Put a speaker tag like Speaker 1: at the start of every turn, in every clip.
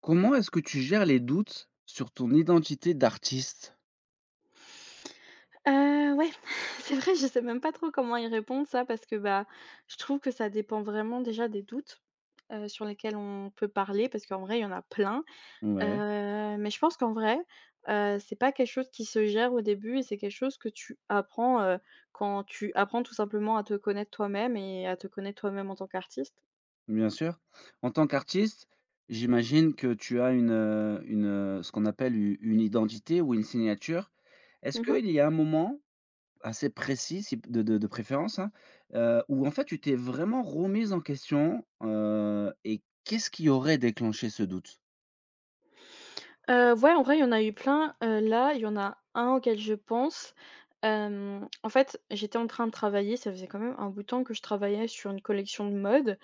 Speaker 1: Comment est-ce que tu gères les doutes sur ton identité d'artiste?
Speaker 2: Heu, ouais, c'est vrai, je sais même pas trop comment y répondre ça parce que, bah, je trouve que ça dépend vraiment déjà des doutes, sur lesquels on peut parler parce qu'en vrai, il y en a plein.
Speaker 1: Ouais,
Speaker 2: Mais je pense qu'en vrai, c'est pas quelque chose qui se gère au début et c'est quelque chose que tu apprends, quand tu apprends tout simplement à te connaître toi-même et à te connaître toi-même en tant qu'artiste.
Speaker 1: bien sûr. En tant qu'artiste, j'imagine que tu as une ce qu'on appelle u une identité ou une signature. Est-ce
Speaker 2: Mmh.
Speaker 1: qu'il y a un moment assez précis, si de préférence, hein, où en fait tu t'es vraiment remise en question, et qu'est-ce qui aurait déclenché ce doute?
Speaker 2: Ouais, en vrai, il y en a eu plein. Là, il y en a un auquel je pense. En fait, j'étais en train de travailler, ça faisait quand même un bout de temps que je travaillais sur une collection de mode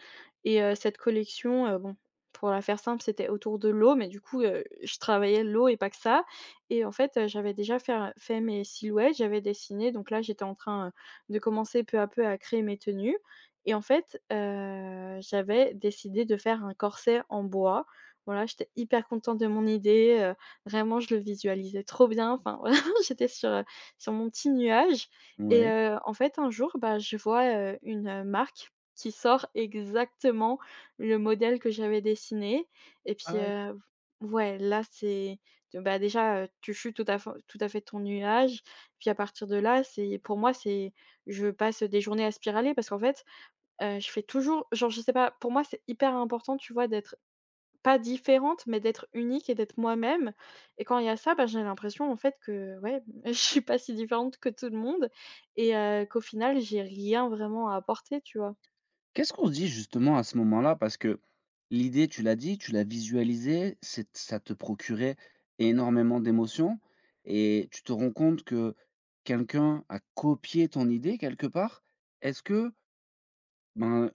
Speaker 2: et cette collection, pour la faire simple, c'était autour de l'eau, mais du coup, je travaillais l'eau et pas que ça et en fait, j'avais déjà faire fait mes silhouettes, j'avais dessiné, donc là, j'étais en train, de commencer peu à peu à créer mes tenues et en fait, j'avais décidé de faire un corset en bois. Voilà, j'étais hyper contente de mon idée, vraiment je le visualisais trop bien, enfin voilà, j'étais sur mon petit nuage. Et
Speaker 1: Ouais.
Speaker 2: en fait un jour, bah, je vois une marque qui sort exactement le modèle que j'avais dessiné. Et ouais là c'est, tu chutes tout à fait de ton nuage, puis à partir de là, c'est pour moi c'est, je passe des journées à spiraler parce qu'en fait, je fais toujours genre, je sais pas, pour moi c'est hyper important, tu vois, d'être pas différente, mais d'être unique et d'être moi-même. Et quand il y a ça, bah, j'ai l'impression en fait que, ouais, je suis pas si différente que tout le monde et qu'au final j'ai rien vraiment à apporter, tu vois?
Speaker 1: Qu'est-ce qu'on se dit justement à ce moment-là? Parce que l'idée, tu l'as dit, tu l'as visualisée, c'est ça te procurait énormément d'émotions et tu te rends compte que quelqu'un a copié ton idée quelque part. Est-ce que, ben,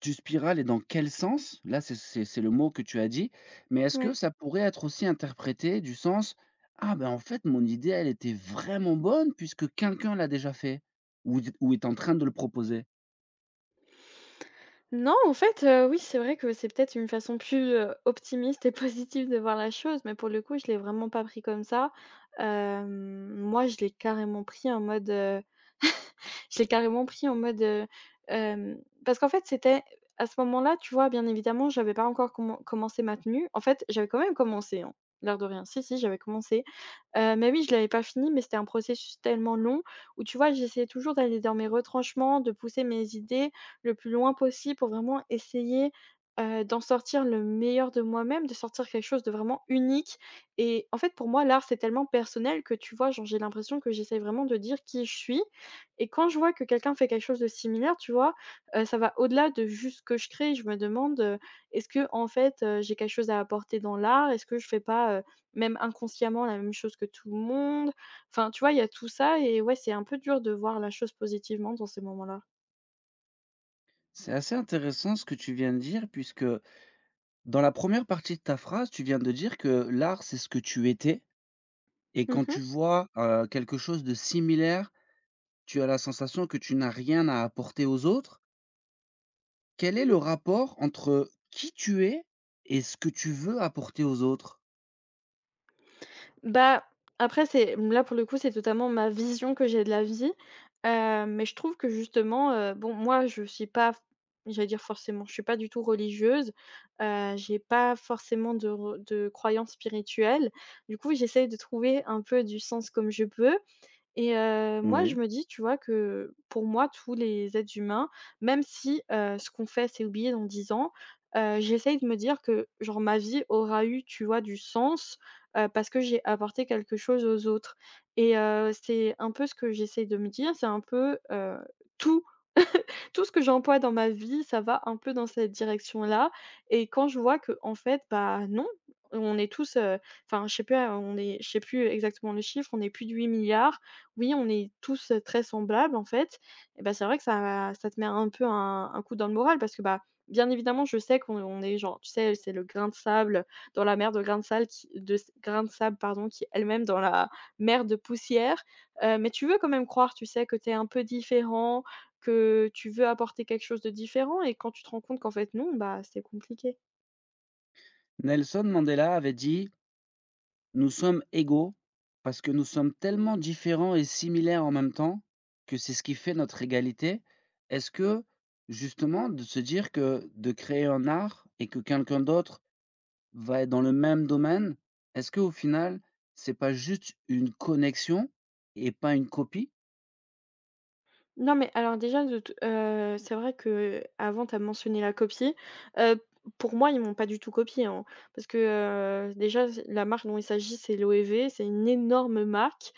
Speaker 1: tu spirales et dans quel sens? Là, c'est le mot que tu as dit, mais est-ce que
Speaker 2: Ouais.
Speaker 1: ça pourrait être aussi interprété du sens: «Ah, ben, en fait, mon idée, elle était vraiment bonne puisque quelqu'un l'a déjà fait» ou est en train de le proposer?
Speaker 2: Non, en fait, oui, c'est vrai que c'est peut-être une façon plus optimiste et positive de voir la chose, mais pour le coup, je l'ai vraiment pas pris comme ça. Moi, je l'ai carrément pris en mode, je l'ai carrément pris en mode, hem parce qu'en fait, c'était à ce moment-là, tu vois, bien évidemment, j'avais pas encore commencé ma tenue. En fait, j'avais quand même commencé, hein, l'air de rien. Si, si, j'avais commencé, mais oui, je l'avais pas fini, mais c'était un processus tellement long où, tu vois, j'essayais toujours d'aller dans mes retranchements, de pousser mes idées le plus loin possible pour vraiment essayer, d'en sortir le meilleur de moi-même, de sortir quelque chose de vraiment unique. Et en fait, pour moi, l'art, c'est tellement personnel que tu vois, genre, j'ai l'impression que j'essaie vraiment de dire qui je suis, et quand je vois que quelqu'un fait quelque chose de similaire, tu vois, ça va au-delà de juste ce que je crée. Je me demande, est-ce que en fait, j'ai quelque chose à apporter dans l'art? Est-ce que je fais pas, même inconsciemment la même chose que tout le monde? Enfin, tu vois, il y a tout ça et ouais, c'est un peu dur de voir la chose positivement dans ces moments-là.
Speaker 1: C'est assez intéressant ce que tu viens de dire, puisque dans la première partie de ta phrase, tu viens de dire que l'art, c'est ce que tu étais. Et quand
Speaker 2: Mmh.
Speaker 1: tu vois quelque chose de similaire, tu as la sensation que tu n'as rien à apporter aux autres. Quel est le rapport entre qui tu es et ce que tu veux apporter aux autres?
Speaker 2: Bah, après c'est là pour le coup, c'est totalement ma vision que j'ai de la vie, mais je trouve que justement, bon moi je suis pas, j'allais dire forcément, je suis pas du tout religieuse, j'ai pas forcément de croyance spirituelle. Du coup, j'essaye de trouver un peu du sens comme je peux, et moi, je
Speaker 1: Oui.
Speaker 2: me dis, tu vois, que pour moi, tous les êtres humains, même si, ce qu'on fait, c'est oublié dans 10 ans, j'essaye de me dire que, genre, ma vie aura eu, tu vois, du sens, parce que j'ai apporté quelque chose aux autres. Et c'est un peu ce que j'essaye de me dire, c'est un peu, tout tout ce que j'emploie dans ma vie, ça va un peu dans cette direction-là. Et quand je vois que en fait, bah, non, on est tous, enfin, je sais pas, on est, je sais plus exactement le chiffre, on est plus de huit milliards. Oui, on est tous, très semblables, en fait. Et bah, c'est vrai que ça te met un peu un coup dans le moral parce que, bah, bien évidemment, je sais qu'on est genre, tu sais, c'est le grain de sable dans la mer de grain de sable qui de s grain de sable, pardon, qui est elle-même dans la mer de poussière, mais tu veux quand même croire, tu sais, que tu es un peu différent, que tu veux apporter quelque chose de différent, et quand tu te rends compte qu'en fait non, bah, c'est compliqué.
Speaker 1: Nelson Mandela avait dit: «Nous sommes égaux parce que nous sommes tellement différents et similaires en même temps que c'est ce qui fait notre égalité.» Est-ce que justement de se dire que de créer un art et que quelqu'un d'autre va être dans le même domaine, est-ce que au final, c'est pas juste une connexion et pas une copie?
Speaker 2: Non, mais alors déjà de t c'est vrai qu'avant tu as mentionné la copie. Heu, pour moi, ils m'ont pas du tout copié, hein, parce que, déjà s la marque dont il s'agit, c'est Loewe, c'est une énorme marque.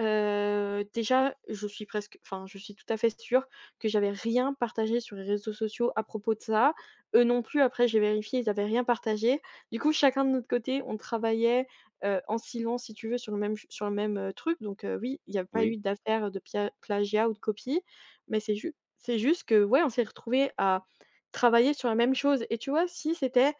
Speaker 2: Déjà, je suis presque, enfin, je suis tout à fait sûre que j'avais rien partagé sur les réseaux sociaux à propos de ça. Eux non plus, après j'ai vérifié, ils avaient rien partagé. Du coup, chacun de notre côté, on travaillait, en silence si tu veux sur le même sur le même truc, donc oui, il n'y a pas
Speaker 1: Oui.
Speaker 2: eu d'affaire de pia plagiat ou de copie. Mais c'est juste que, ouais, on s'est retrouvés à travailler sur la même chose, et tu vois, si c'était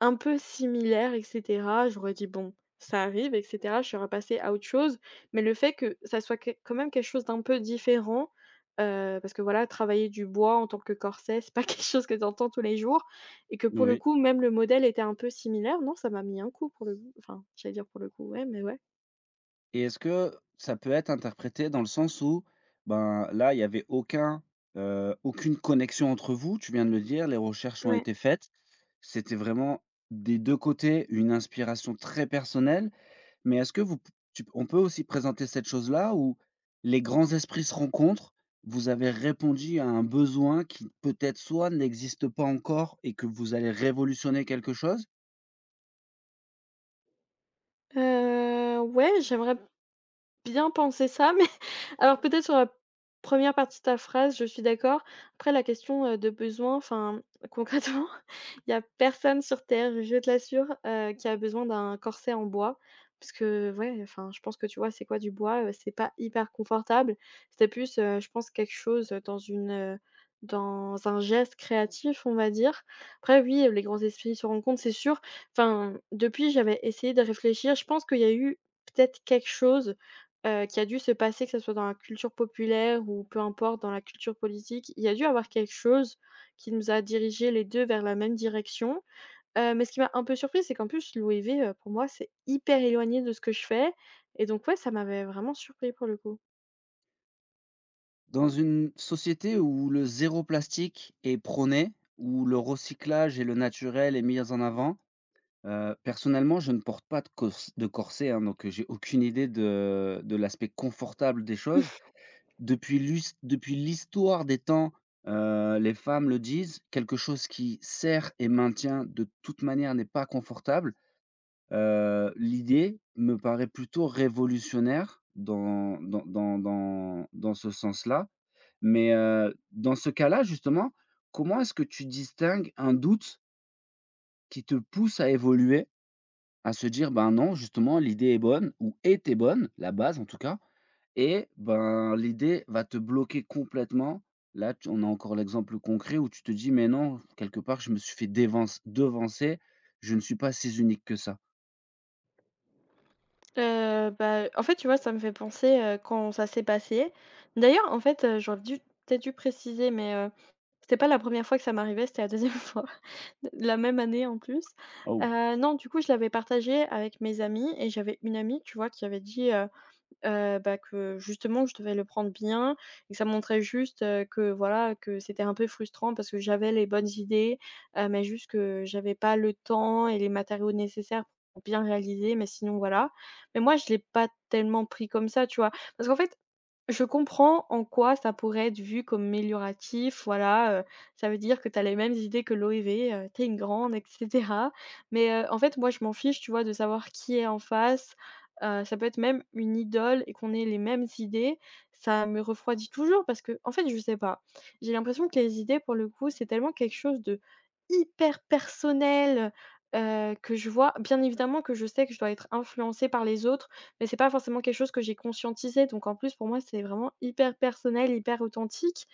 Speaker 2: un peu similaire et cetera, j'aurais dit: «Bon, ça arrive» et cetera, je serais passée à autre chose. Mais le fait que ça soit que quand même quelque chose d'un peu différent, parce que voilà, travailler du bois en tant que corset, c'est pas quelque chose que tu entends tous les jours, et que pour le
Speaker 1: Oui.
Speaker 2: coup, même le modèle était un peu similaire, non, ça m'a mis un coup pour le coup. Enfin, j'allais dire pour le coup, ouais, mais ouais.
Speaker 1: Et est-ce que ça peut être interprété dans le sens où, ben, là, il y avait aucun, aucune connexion entre vous, tu viens de le dire, les recherches ont
Speaker 2: Ouais.
Speaker 1: été faites. C'était vraiment des 2 côtés une inspiration très personnelle, mais est-ce que vous p tu on peut aussi présenter cette chose-là où les grands esprits se rencontrent, vous avez répondu à un besoin qui peut-être soit n'existe pas encore et que vous allez révolutionner quelque chose?
Speaker 2: Ouais, j'aimerais bien penser ça, mais alors peut-être sur la première partie de ta phrase, je suis d'accord. Après la question de besoin, enfin, concrètement, il y a personne sur terre, je te l'assure, qui a besoin d'un corset en bois. Parce que, ouais, enfin, je pense que tu vois, c'est quoi du bois? C'est pas hyper confortable. C'était plus, je pense quelque chose, dans une, dans un geste créatif, on va dire. Après oui, les grands esprits se rencontrent, c'est sûr. Enfin, depuis, j'avais essayé de réfléchir. Je pense qu'il y a eu peut-être quelque chose, qui a dû se passer, que ce soit dans la culture populaire ou peu importe, dans la culture politique, il y a dû avoir quelque chose qui nous a dirigés les 2 vers la même direction. Mais ce qui m'a un peu surprise, c'est qu'en plus l'OIV, pour moi, c'est hyper éloigné de ce que je fais, et donc ouais, ça m'avait vraiment surpris pour le coup.
Speaker 1: Dans une société où le zéro plastique est prôné, où le recyclage et le naturel est mis en avant, personnellement, je ne porte pas de corset, hein, donc, j'ai aucune idée de l'aspect confortable des choses. Depuis l'histoire des temps, les femmes le disent, quelque chose qui sert et maintient de toute manière n'est pas confortable. L'idée me paraît plutôt révolutionnaire dans ce sens-là. Mais, dans ce cas-là, justement, comment est-ce que tu distingues un doute qui te pousse à évoluer, à se dire: «Ben, non, justement, l'idée est bonne» ou était bonne, la base en tout cas, et ben, l'idée va te bloquer complètement? Là, tu on a encore l'exemple concret où tu te dis: «Mais non, quelque part, je me suis fait dévance devancer, je ne suis pas si unique que ça».
Speaker 2: Bah, en fait, tu vois, ça me fait penser, quand ça s'est passé. D'ailleurs, en fait, j'aurais dû peut-être dû préciser, mais c'était pas la première fois que ça m'arrivait, c'était la deuxième fois, d la même année en plus.
Speaker 1: Oh!
Speaker 2: Non, du coup, je l'avais partagé avec mes amis et j'avais une amie, tu vois, qui avait dit, que justement je devais le prendre bien et que ça montrait juste que voilà, que c'était un peu frustrant parce que j'avais les bonnes idées, mais juste que j'avais pas le temps et les matériaux nécessaires pour bien réaliser, mais sinon voilà. Mais moi je l'ai pas tellement pris comme ça, tu vois? Parce qu'en fait, je comprends en quoi ça pourrait être vu comme mélioratif, voilà, ça veut dire que tu as les mêmes idées que l'OEV, tu es une grande et cetera. Mais, en fait moi je m'en fiche, tu vois, de savoir qui est en face, ça peut être même une idole et qu'on ait les mêmes idées, ça me refroidit toujours parce que, en fait, je sais pas. J'ai l'impression que les idées pour le coup, c'est tellement quelque chose de hyper personnel, que je vois bien évidemment que je sais que je dois être influencée par les autres, mais c'est pas forcément quelque chose que j'ai conscientisé donc en plus, pour moi, c'est vraiment hyper personnel, hyper authentique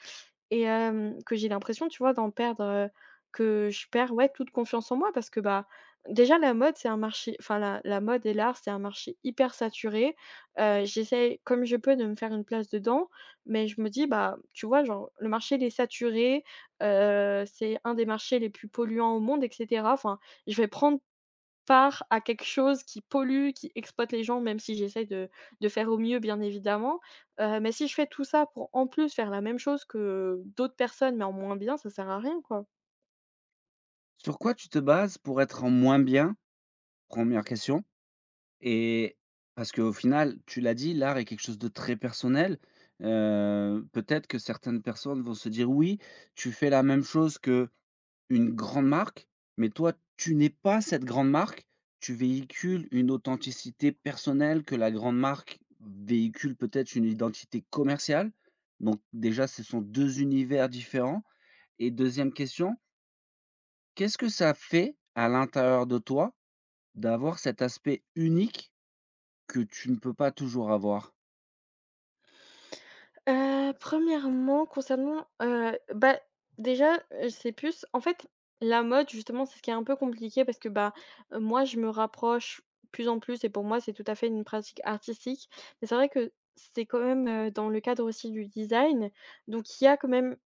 Speaker 2: et que j'ai l'impression, tu vois, d'en perdre, que je perds, ouais, toute confiance en moi parce que, bah, déjà la mode, c'est un marché enfin la mode et l'art, c'est un marché hyper saturé. J'essaye comme je peux de me faire une place dedans, mais je me dis: «Bah, tu vois, genre, le marché il est saturé, c'est un des marchés les plus polluants au monde et cetera. Enfin, je vais prendre part à quelque chose qui pollue, qui exploite les gens, même si j'essaie de faire au mieux, bien évidemment. Mais si je fais tout ça pour, en plus, faire la même chose que d'autres personnes, mais en moins bien, ça sert à rien, quoi.
Speaker 1: Sur quoi tu te bases pour être en moins bien? Première question. Et parce qu'au final, tu l'as dit, l'art est quelque chose de très personnel. Peut-être que certaines personnes vont se dire: «Oui, tu fais la même chose que une grande marque», mais toi, tu n'es pas cette grande marque. Tu véhicules une authenticité personnelle que la grande marque véhicule peut-être une identité commerciale. Donc déjà, ce sont 2 univers différents. Et deuxième question, qu'est-ce que ça fait à l'intérieur de toi d'avoir cet aspect unique que tu ne peux pas toujours avoir?
Speaker 2: Premièrement, concernant, bah, déjà, c'est plus en fait, la mode, justement, c'est ce qui est un peu compliqué parce que, bah, moi, je me rapproche plus en plus et pour moi, c'est tout à fait une pratique artistique. Mais c'est vrai que c'est quand même, dans le cadre aussi du design, donc il y a quand même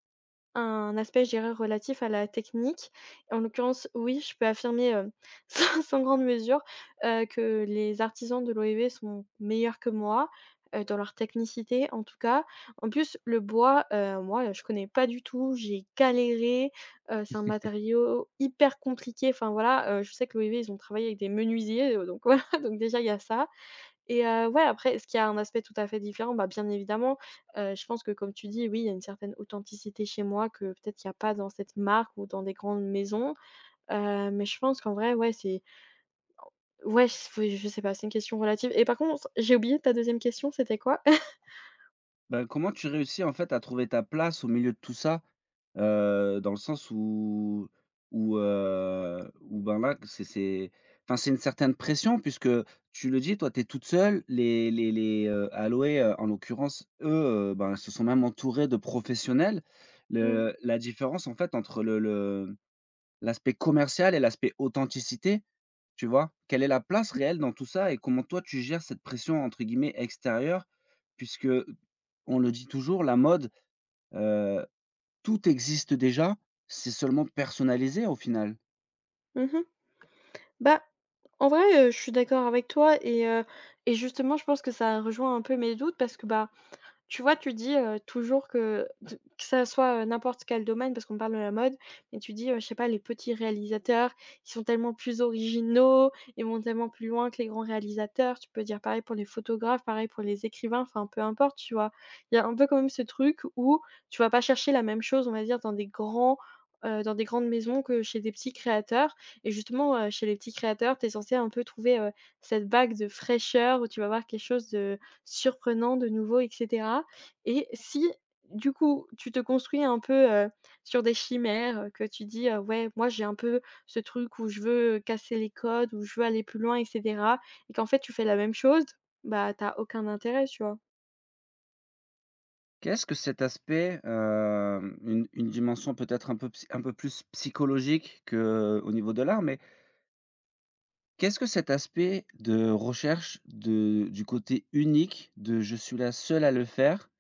Speaker 2: un aspect, je dirais, relatif à la technique. En l'occurrence, oui, je peux affirmer, sans grande mesure, que les artisans de l'OEV sont meilleurs que moi, dans leur technicité, en tout cas. En plus, le bois, moi, je connais pas du tout, j'ai galéré, c'est un matériau hyper compliqué. Enfin voilà, je sais que l'OEV, ils ont travaillé avec des menuisiers, donc voilà, donc déjà, il y a ça. Et ouais, après, est-ce qu'il y a un aspect tout à fait différent? Bah, bien évidemment, je pense que comme tu dis, oui, il y a une certaine authenticité chez moi que peut-être qu'il y a pas dans cette marque ou dans des grandes maisons, mais je pense qu'en vrai, ouais, c'est ouais, s faut je sais pas, c'est une question relative et par contre, j'ai oublié ta deuxième question, c'était quoi?
Speaker 1: Ben comment tu réussis en fait à trouver ta place au milieu de tout ça? Dans le sens où ben, là, c'est enfin, c'est une certaine pression puisque tu le dis, toi, tu es toute seule. Aloé, en l'occurrence, eux, ben, se sont même entourés de professionnels.
Speaker 2: Mmh.
Speaker 1: Le la différence en fait entre le l'aspect commercial et l'aspect authenticité. Tu vois? Quelle est la place réelle dans tout ça et comment toi tu gères cette pression entre guillemets «extérieure» puisque, on le dit toujours, la mode, heu, tout existe déjà, c'est seulement personnalisé au final.
Speaker 2: Mmh. Bah, en vrai, je suis d'accord avec toi et justement, je pense que ça rejoint un peu mes doutes parce que, bah, tu vois, tu dis, toujours que de que ça soit, n'importe quel domaine parce qu'on parle de la mode, mais tu dis, je sais pas, les petits réalisateurs, ils sont tellement plus originaux, ils vont tellement plus loin que les grands réalisateurs. Tu peux dire pareil pour les photographes, pareil pour les écrivains, enfin peu importe, tu vois? Il y a un peu quand même ce truc où tu vas pas chercher la même chose, on va dire, dans des grands, dans des grandes maisons que chez des petits créateurs et justement, chez les petits créateurs, tu es censé un peu trouver, cette bague de fraîcheur où tu vas voir quelque chose de surprenant de nouveau et cetera et si, du coup, tu te construis un peu, sur des chimères, que tu dis: ouais, moi, j'ai un peu ce truc où je veux casser les codes, où je veux aller plus loin et cetera» et qu'en fait, tu fais la même chose, bah, t'as aucun intérêt, tu vois?
Speaker 1: Qu'est-ce que cet aspect, une dimension peut-être un peu plus psychologique qu'au niveau de l'art, mais qu'est-ce que cet aspect de recherche de du côté unique de «je suis la seule à le faire»,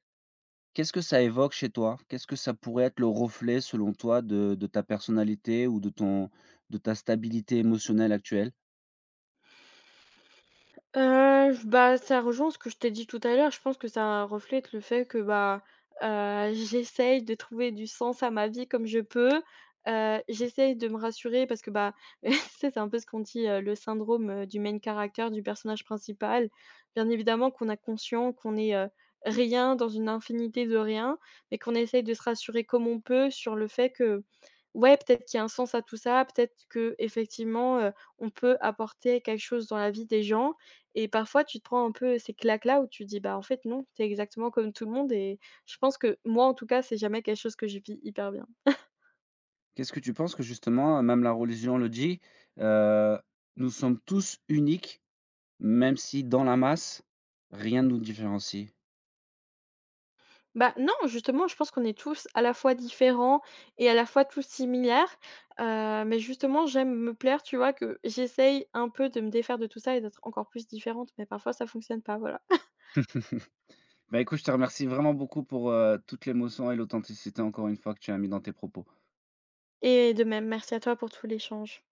Speaker 1: qu'est-ce que ça évoque chez toi? Qu'est-ce que ça pourrait être le reflet selon toi de ta personnalité ou de ta stabilité émotionnelle actuelle?
Speaker 2: J bah, ça rejoint ce que je t'ai dit tout à l'heure. Je pense que ça reflète le fait que, bah, j'essaye de trouver du sens à ma vie comme je peux. J'essaye de me rassurer parce que, bah, tu sais, c'est un peu ce qu'on dit, le syndrome, du main character, du personnage principal. Bien évidemment qu'on a conscient qu'on est, rien dans une infinité de rien, mais qu'on essaye de se rassurer comme on peut sur le fait que, ouais, peut-être qu'il y a un sens à tout ça, peut-être qu'effectivement, on peut apporter quelque chose dans la vie des gens. Et parfois, tu te prends un peu ces claques-là où tu dis: «Bah, en fait, non, t'es exactement comme tout le monde» et je pense que moi, en tout cas, c'est jamais quelque chose que je vis hyper bien.
Speaker 1: Qu'est-ce que tu penses que justement, même la religion le dit, heu, nous sommes tous uniques, même si dans la masse, rien ne nous différencie?
Speaker 2: Bah, non, justement, je pense qu'on est tous à la fois différents et à la fois tous similaires, mais justement, j'aime me plaire, tu vois? Que j'essaye un peu de me défaire de tout ça et d'être encore plus différente, mais parfois ça fonctionne pas, voilà.
Speaker 1: Bah, écoute, je te remercie vraiment beaucoup pour, toute l'émotion et l'authenticité encore une fois que tu as mis dans tes propos.
Speaker 2: Et de même, merci à toi pour tout l'échange.